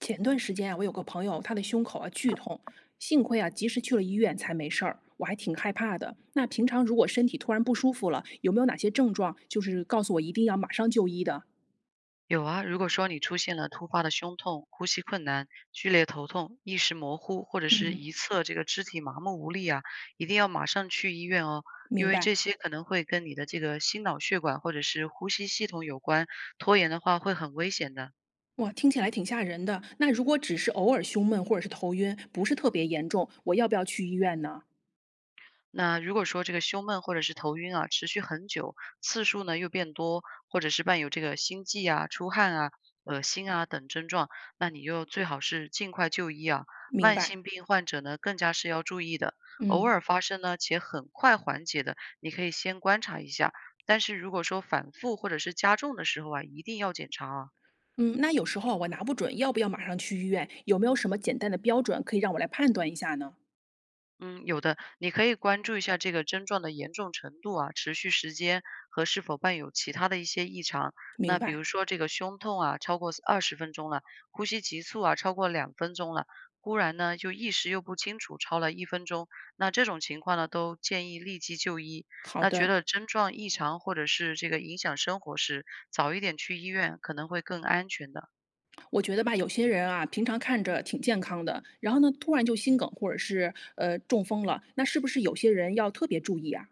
前段时间啊，我有个朋友，他的胸口啊剧痛，幸亏啊及时去了医院才没事儿，我还挺害怕的。那平常如果身体突然不舒服了，有没有哪些症状，就是告诉我一定要马上就医的？有啊，如果说你出现了突发的胸痛、呼吸困难、剧烈头痛、意识模糊，或者是嗯，一侧这个肢体麻木无力啊，一定要马上去医院哦，因明为白。这些可能会跟你的这个心脑血管或者是呼吸系统有关，拖延的话会很危险的。哇，听起来挺吓人的。那如果只是偶尔胸闷或者是头晕，不是特别严重，我要不要去医院呢？那如果说这个胸闷或者是头晕啊，持续很久，次数呢又变多，或者是伴有这个心悸啊、出汗啊、恶心啊等症状，那你就最好是尽快就医啊。明慢白。性病患者呢，更加是要注意的。偶嗯尔发生呢，且很快缓解的，你可以先观察一下。但是如果说反复或者是加重的时候啊，一定要检查啊。嗯，那有时候啊我拿不准要不要马上去医院，有没有什么简单的标准可以让我来判断一下呢？嗯，有的，你可以关注一下这个症状的严重程度啊、持续时间和是否伴有其他的一些异常。明那比白。如说这个胸痛啊，超过二十分钟了，呼吸急促啊，超过2分钟了，忽然呢就意识又不清楚，超了1分钟，那这种情况呢都建议立即就医。好那觉的。得症状异常或者是这个影响生活时，早一点去医院可能会更安全的。我觉得吧，有些人啊，平常看着挺健康的，然后呢，突然就心梗或者是中风了，那是不是有些人要特别注意啊？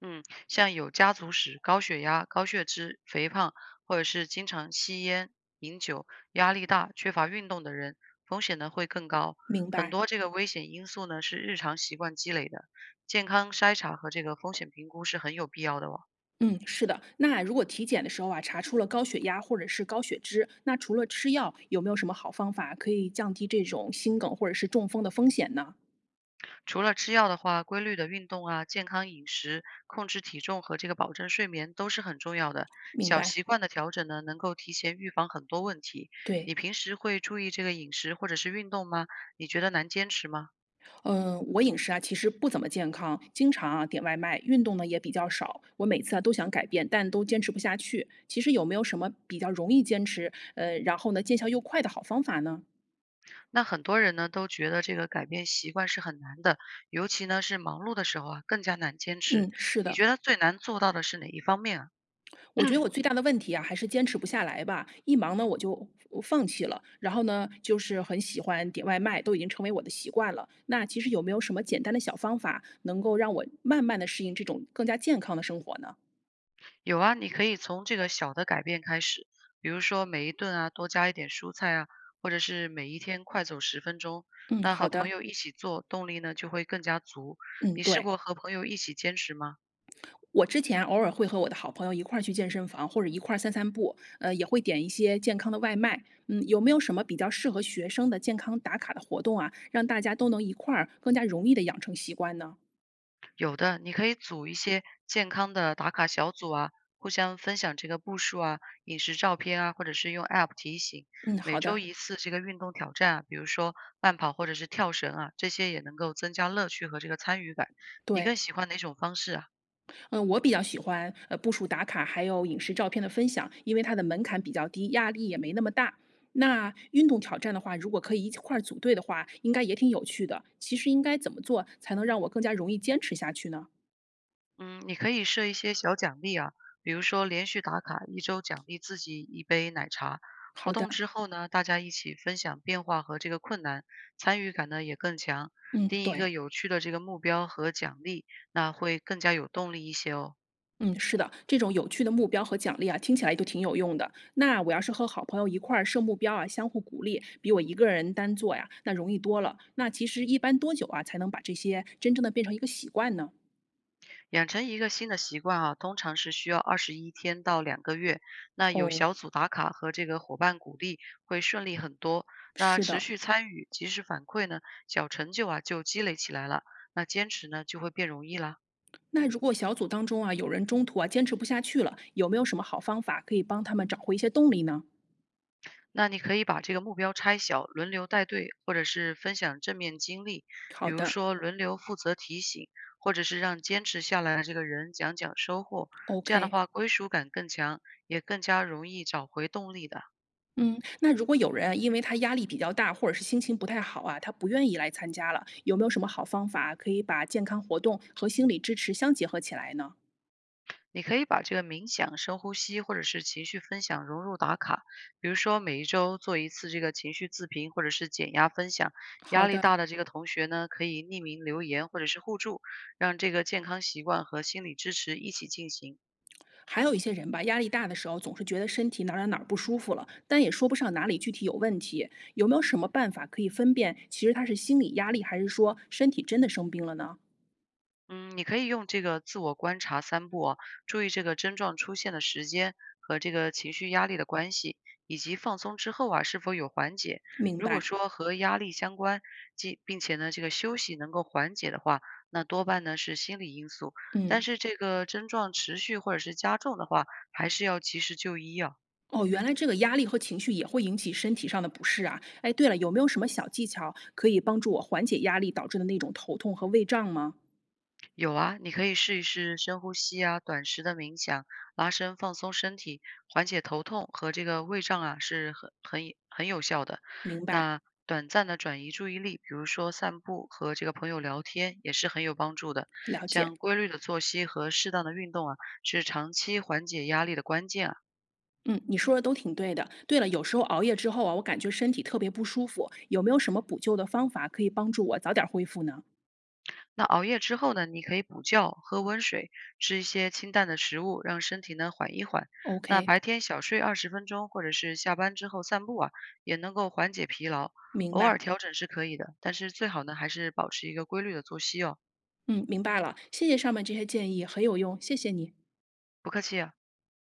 嗯，像有家族史、高血压、高血脂、肥胖，或者是经常吸烟、饮酒、压力大、缺乏运动的人，风险呢会更高。明很白。多这个危险因素呢是日常习惯积累的，健康筛查和这个风险评估是很有必要的哦。嗯，是的。那如果体检的时候啊，查出了高血压或者是高血脂，那除了吃药，有没有什么好方法可以降低这种心梗或者是中风的风险呢？除了吃药的话，规律的运动啊、健康饮食、控制体重和这个保证睡眠都是很重要的。明小白。习惯的调整呢，能够提前预防很多问题。对。你平时会注意这个饮食或者是运动吗？你觉得难坚持吗？嗯，我饮食啊，其实不怎么健康，经常啊点外卖，运动呢也比较少。我每次啊都想改变，但都坚持不下去。其实有没有什么比较容易坚持，然后呢见效又快的好方法呢？那很多人呢都觉得这个改变习惯是很难的，尤其呢是忙碌的时候啊，更加难坚持。嗯，是你的，觉得最难做到的是哪一方面啊？我觉得我最大的问题啊还是坚持不下来吧。一忙呢我就放弃了，然后呢就是很喜欢点外卖，都已经成为我的习惯了。那其实有没有什么简单的小方法，能够让我慢慢的适应这种更加健康的生活呢？有啊，你可以从这个小的改变开始，比如说每一顿啊多加一点蔬菜啊，或者是每一天快走十分钟。嗯，那好和朋的，友一起做，动力呢就会更加足。嗯，你试对。过和朋友一起坚持吗？我之前偶尔会和我的好朋友一块儿去健身房，或者一块儿散散步，也会点一些健康的外卖。嗯，有没有什么比较适合学生的健康打卡的活动啊，让大家都能一块儿更加容易的养成习惯呢？有的，你可以组一些健康的打卡小组啊，互相分享这个步数啊、饮食照片啊，或者是用 App 提醒。嗯，每好周的。一次这个运动挑战啊，比如说慢跑或者是跳绳啊，这些也能够增加乐趣和这个参与感。你对，更喜欢哪种方式啊？嗯，我比较喜欢步数打卡，还有饮食照片的分享，因为它的门槛比较低，压力也没那么大。那运动挑战的话，如果可以一块儿组队的话，应该也挺有趣的。其实应该怎么做才能让我更加容易坚持下去呢？嗯，你可以设一些小奖励啊，比如说连续打卡一周奖励自己一杯奶茶。活好的，动之后呢，大家一起分享变化和这个困难，参与感呢也更强。嗯，定一对。个有趣的这个目标和奖励，那会更加有动力一些哦。嗯，是的，这种有趣的目标和奖励啊，听起来就挺有用的。那我要是和好朋友一块儿设目标啊，相互鼓励，比我一个人单做呀，那容易多了。那其实一般多久啊，才能把这些真正的变成一个习惯呢？养成一个新的习惯啊，通常是需要21天到2个月。那有哦，小组打卡和这个伙伴鼓励，会顺利很多。那是持的。续参与、及时反馈呢，小成就啊就积累起来了。那坚持呢就会变容易啦。那如果小组当中啊，有人中途啊坚持不下去了，有没有什么好方法可以帮他们找回一些动力呢？那你可以把这个目标拆小，轮流带队，或者是分享正面经历，好比如的说轮流负责提醒，或者是让坚持下来的这个人讲讲收获。这样的，OK。话，归属感更强，也更加容易找回动力的。嗯，那如果有人啊因为他压力比较大，或者是心情不太好啊，他不愿意来参加了，有没有什么好方法可以把健康活动和心理支持相结合起来呢？你可以把这个冥想、深呼吸或者是情绪分享融入打卡，比如说每一周做一次这个情绪自评或者是减压分享。好压力的，大的这个同学呢，可以匿名留言或者是互助，让这个健康习惯和心理支持一起进行。还有一些人吧，压力大的时候总是觉得身体哪儿不舒服了，但也说不上哪里具体有问题，有没有什么办法可以分辨其实他是心理压力，还是说身体真的生病了呢？嗯，你可以用这个自我观察三步啊，注意这个症状出现的时间和这个情绪压力的关系，以及放松之后啊是否有缓解。明如果白，说和压力相关，即并且呢这个休息能够缓解的话，那多半呢是心理因素。但嗯。是这个症状持续或者是加重的话，还是要及时就医啊。哦，原来这个压力和情绪也会引起身体上的不适啊。哎，对了，有没有什么小技巧可以帮助我缓解压力导致的那种头痛和胃胀吗？有啊，你可以试一试深呼吸啊，短时的冥想，拉伸放松身体，缓解头痛和这个胃胀啊，是很有效的。明白，那短暂的转移注意力，比如说散步和这个朋友聊天，也是很有帮助的。了解。像规律的作息和适当的运动啊，是长期缓解压力的关键啊。嗯，你说的都挺对的。对了，有时候熬夜之后啊，我感觉身体特别不舒服，有没有什么补救的方法可以帮助我早点恢复呢那熬夜之后呢，你可以补觉，喝温水，吃一些清淡的食物，让身体呢缓一缓。那？OK，白天小睡二十分钟，或者是下班之后散步啊，也能够缓解疲劳。明偶尔白。调整是可以的，但是最好呢还是保持一个规律的作息哦。嗯，明白了。谢谢上面这些建议，很有用，谢谢你。不客气啊。